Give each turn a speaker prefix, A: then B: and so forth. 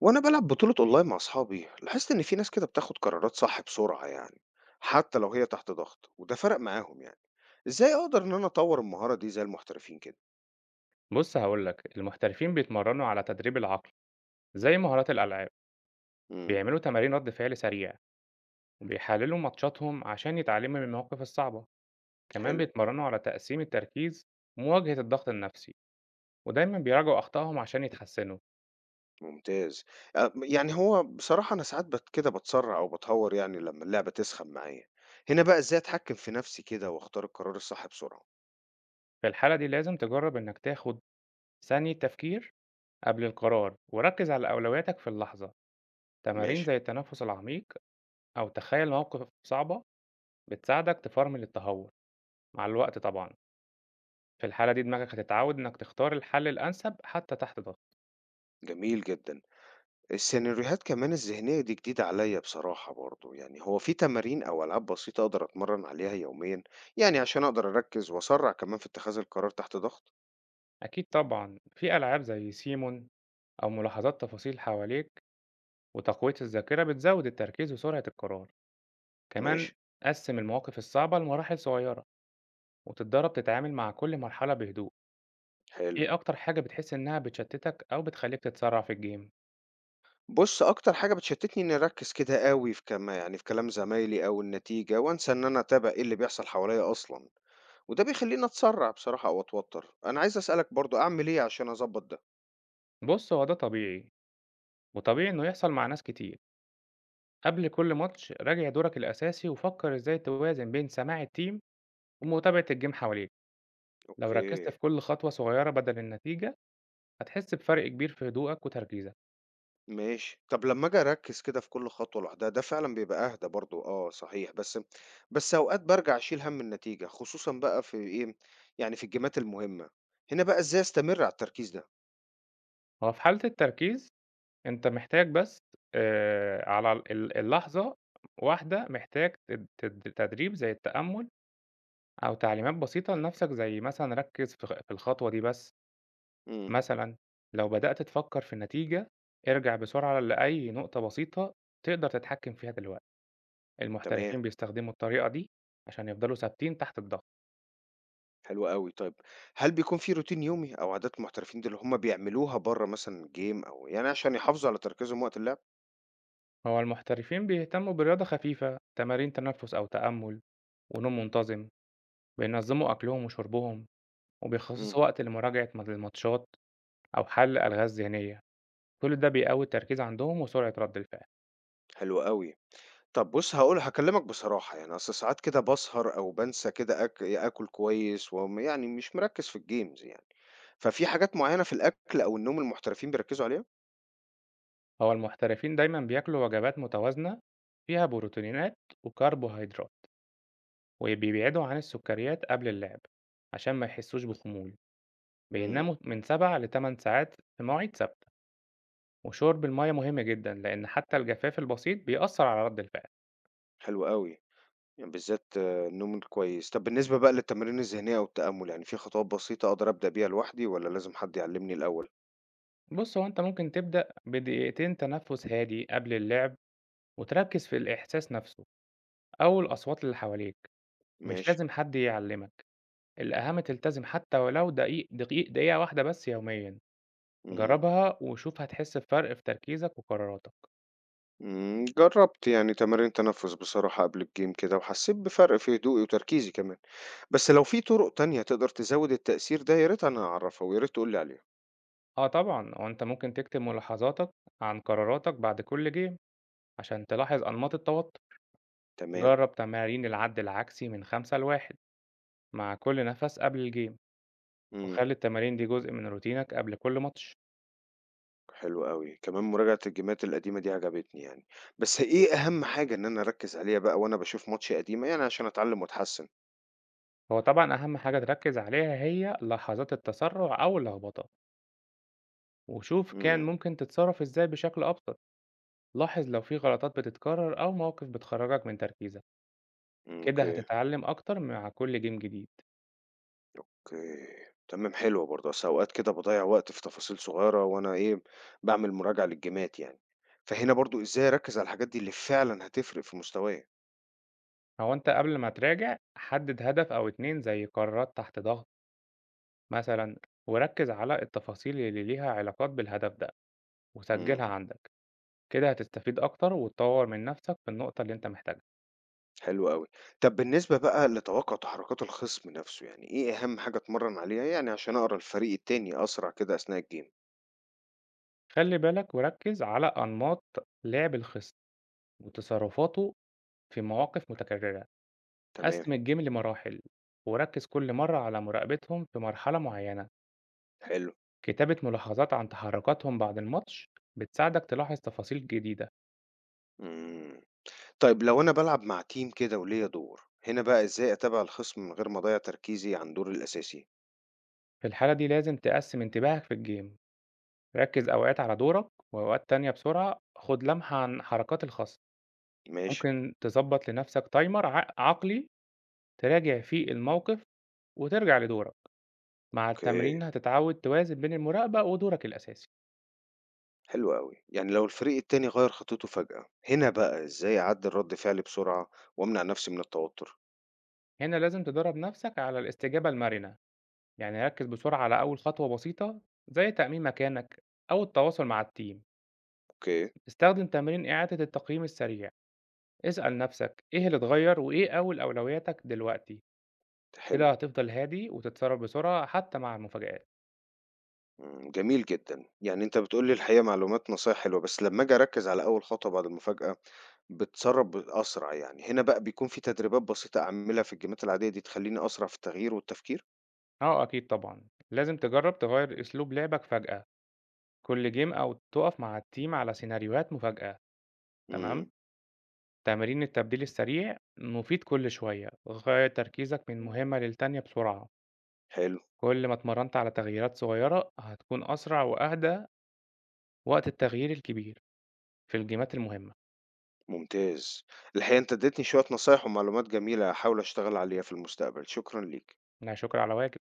A: وانا بلعب بطولة اونلاين مع اصحابي، لاحظت ان في ناس كده بتاخد قرارات صح بسرعة يعني، حتى لو هي تحت ضغط، وده فرق معاهم يعني. ازاي اقدر ان انا اطور المهارة دي زي المحترفين كده؟
B: بص هقولك المحترفين بيتمرنوا على تدريب العقل زي مهارات الألعاب.
A: امم.
B: بيعملوا تمارين رد فعل سريع وبيحللوا ماتشاتهم عشان يتعلموا من المواقف الصعبة. كمان
A: حلو.
B: بيتمرنوا على تقسيم التركيز ومواجهة الضغط النفسي، ودايما بيراجعوا أخطائهم عشان يتحسنوا.
A: ممتاز. يعني هو بصراحة انا ساعات كده بتسرع او بتهور يعني لما اللعبة تسخن معايا. هنا بقى ازاي اتحكم في نفسي كده واختار القرار الصح بسرعة؟
B: في الحالة دي لازم تجرب إنك تاخد ثانية تفكير قبل القرار وركز على أولوياتك في اللحظة. تمارين
A: ماشي.
B: زي التنفس العميق أو تخيل مواقف صعبة بتساعدك تفرمل التهور مع الوقت طبعا. في الحالة دي دماغك هتتعود إنك تختار الحل الأنسب حتى تحت ضغط.
A: جميل جدا. السيناريوهات كمان الذهنية دي جديدة عليّا بصراحة برضه، يعني هو في تمارين أو ألعاب بسيطة أقدر أتمرّن عليها يوميًا؟ يعني عشان أقدر أركّز وأسرّع كمان في اتخاذ القرار تحت ضغط؟
B: أكيد طبعًا في ألعاب زي سيمون أو ملاحظات تفاصيل حواليك وتقوية الذاكرة بتزود التركيز وسرعة القرار،
A: ماشي.
B: كمان قسم المواقف الصعبة لمراحل صغيرة وتتدرب تتعامل مع كل مرحلة بهدوء.
A: حلو.
B: إيه أكتر حاجة بتحس إنها بتشتتك أو بتخليك تتسرع في الجيم؟
A: بُص، أكتر حاجة بتشتّتني إنّي أركّز كده أوي في يعني في كلام زمايلي أو النتيجة وأنسى إن أنا أتابع إيه اللي بيحصل حواليّا أصلًا، وده بيخلّيني أتسرّع بصراحة أو أتوتّر. أنا عايز أسألك برضه أعمل إيه عشان أضبّط ده؟
B: بُص، هو ده طبيعي، وطبيعي إنه يحصل مع ناس كتير. قبل كل ماتش راجع دورك الأساسي وفكر إزاي توازن بين سماع الteam ومتابعة الجيم حواليك. لو ركزت
A: أوكي.
B: في كل خطوة صغيرة بدل النتيجة هتحس بفرق كبير في هدوءك وتركيزك.
A: ماشي. طب لمّا آجي أركّز كده في كل خطوة لوحدها، ده فعلًا بيبقى أهدى برضه. آه، صحيح، بس أوقات بارجع أشيل هَم النتيجة، خصوصًا بقى في إيه، يعني في الجيمات المهمة. هنا بقى إزاي أستمر على التركيز ده؟
B: هو في حالة التركيز أنت محتاج بس آه، على اللحظة واحدة، محتاج تدريب زي التأمل أو تعليمات بسيطة لنفسك، زي مثلا ركز في الخطوة دي بس.
A: إمم.
B: مثلا لو بدأت تفكر في النتيجة ارجع بسرعة لأي نقطة بسيطة تقدر تتحكم فيها دلوقتي.
A: تمام.
B: المحترفين بيستخدموا الطريقة دي عشان يفضلوا ثابتين تحت الضغط.
A: حلو أوي. طيب هل بيكون في روتين يومي أو عادات المحترفين دي اللي هم بيعملوها برّه مثلًا الgame أو يعني عشان يحافظوا على تركيزهم وقت اللعب؟
B: هو المحترفين بيهتموا برياضة خفيفة، تمارين تنفس أو تأمل، ونوم منتظم. بينظموا أكلهم وشربهم
A: إمم.
B: وبيخصصوا وقت لمراجعة الماتشات أو حل ألغاز ذهنية. كل ده بيقوي التركيز عندهم وسرعة رد الفعل.
A: حلو أوي. طب بُص هاقول هاكلّمك بصراحة، يعني أصل ساعات كده باسهر أو بانسى كده آك إيه، آكل كويس يعني مش مركّز في الجيمز يعني، ففي حاجات معيّنة في الأكل أو النوم المحترفين بيركّزوا عليها؟
B: هو المحترفين دايما بياكلوا وجبات متوازنة فيها بروتينات وكربوهيدرات، وبيبعدوا عن السكريات قبل اللعب عشان ما يحسوش بخمول.
A: إمم.
B: بيناموا من 7 ل 8 ساعات في مواعيد ثابتة، وشرب المية مهم جدا لأن حتى الجفاف البسيط بيأثر على رد الفعل.
A: حلو أوي، يعني بالذات آه، النوم الكويس. طب بالنسبة بقى للتمارين الذهنية والتأمُّل، يعني في خطوات بسيطة أقدر أبدأ بيها لوحدي والّا لازم حد يعلّمني الأول؟
B: بص هو أنت ممكن تبدأ بدقيقتين تنفس هادي قبل اللعب وتركز في الإحساس نفسه أو الأصوات اللي حواليك. مش
A: ماشي.
B: لازم حد يعلمك، الأهم تلتزم حتى ولو دقيقة واحدة بس يوميا.
A: إمم.
B: جربها وشوف هتحس بفرق في تركيزك وقراراتك.
A: إمم، جرّبت يعني تمارين تنفُّس بصراحة قبل الgym كده، وحسّيت بفرق في هدوئي وتركيزي كمان، بس لو في طُرق تانية تقدر تزوّد التأثير ده يا ريت أنا أعرفها ويا ريت تقول لي عليها.
B: اه طبعا، هو أنت ممكن تكتب ملاحظاتك عن قراراتك بعد كل جيم عشان تلاحظ أنماط التوتر.
A: تمام.
B: جرب تمارين العد العكسي من خمسة لواحد مع كل نفس قبل الجيم،
A: إمم.
B: وخلي التمارين دي جزء من روتينك قبل كل ماتش.
A: حلو أوي، كمان مراجعة الجيمات القديمة دي عجبتني يعني، بس إيه أهم حاجة إن أنا أركّز عليها بقى وأنا باشوف ماتش قديمة يعني عشان أتعلّم وأتحسّن؟
B: هو طبعًا أهم حاجة تركّز عليها هي لحظات التسرع أو اللخبطة، وشوف كان
A: إمم.
B: ممكن تتصرّف إزاي بشكل أبسط. لاحظ لو في غلطات بتتكرر أو مواقف بتخرّجك من تركيزك،
A: إمم.
B: كده
A: أوكي.
B: هتتعلم أكتر مع كل جيم جديد.
A: أوكي، تمام حلوة برضه، أصل أوقات كده باضيّع وقت في تفاصيل صغيّرة وأنا إيه، باعمل مراجعة للجيمات يعني، فهنا برضه إزاي أركّز على الحاجات دي اللي فعلًا هتفرق في مستوايا؟
B: هو أنت قبل ما تراجع حدد هدف أو 2 زي قرارات تحت ضغط مثلًا، وركّز على التفاصيل اللي ليها علاقات بالهدف ده،
A: إمم.
B: وسجّلها عندك، كده هتستفيد أكتر وتطوّر من نفسك في النقطة اللي أنت محتاجها.
A: حلو أوي. طب بالنسبة بقى لتوقُّع تحركات الخصم نَفْسه، يعني إيه أهم حاجة أتمرّن عليها يعني عشان أقرا الفريق التاني أسرع كده أثناء الجيم؟
B: خلّي بالك وركّز على أنماط لعب الخصم وتصرفاته في مواقف متكررة.
A: تمام.
B: قسّم الجيم لمراحل، وركّز كل مرّة على مراقبتهم في مرحلة معيّنة.
A: حلو.
B: كتابة ملاحظات عن تحركاتهم بعد الماتش بتساعدك تلاحظ تفاصيل جديدة.
A: إمم. طيب لو أنا بالعب مع team كده وليّا دور، هنا بقى إزاي أتابع الخصم من غير ما أضيّع تركيزي عن دوري الأساسي؟
B: في الحالة دي لازم تقسّم انتباهك في الجيم، ركّز أوقات على دورك وأوقات تانية بسرعة، خُد لمحة عن حركات الخصم.
A: ماشي.
B: ممكن تضبّط لنفْسك timer ع عقلي تراجع فيه الموقف وترجع لدورك. مع
A: أوكي.
B: التمرين هتتعوّد توازن بين المراقبة ودورك الأساسي.
A: حلو أوي. يعني لو الفريق التاني غيّر خطته فجأة، هنا بقى إزاي أعدّل رَد فعلي بسرعة وأمنع نَفْسي من التوتُّر؟
B: هنا لازم تدرّب نفْسك على الاستجابة المرنة. يعني ركز بسرعة على أول خطوة بسيطة زي تأمين مكانك أو التواصل مع التيم.
A: أوكي.
B: استخدم تمرين إعادة التقييم السريع، اسأل نفسك إيه اللي اتغير وإيه أول أولوياتك دلوقتي.
A: ده حلو.
B: كده هتفضل هادي وتتصرف بسرعة حتى مع المفاجآت.
A: إمم، جميل جدًا. يعني أنت بتقول لي الحقيقة معلومات نصايح حلوة، بس لمّا آجي أركّز على أول خطوة بعد المفاجأة بتسرّب أسرع يعني، هنا بقى بيكون في تدريبات بسيطة أعملها في الجيمات العادية دي تخلّيني أسرع في التغيير والتفكير؟
B: أه أكيد طبعا، لازم تجرب تغير أسلوب لعبك فجأة كل جيم أو تقف مع التيم على سيناريوهات مفاجأة.
A: إمم.
B: تمام، تمارين التبديل السريع مفيد، كل شوية غير تركيزك من مهمة للتانية بسرعة.
A: حلو.
B: كل ما اتمرنت على تغييرات صغيرة هتكون أسرع وأهدى وقت التغيير الكبير في الجيمات المهمة.
A: ممتاز. الحقيقة أنت ادّيتني شوية نصايح ومعلومات جميلة هاحاول أشتغل عليها في المستقبل، شكرًا ليك.
B: لا شكر على واجب.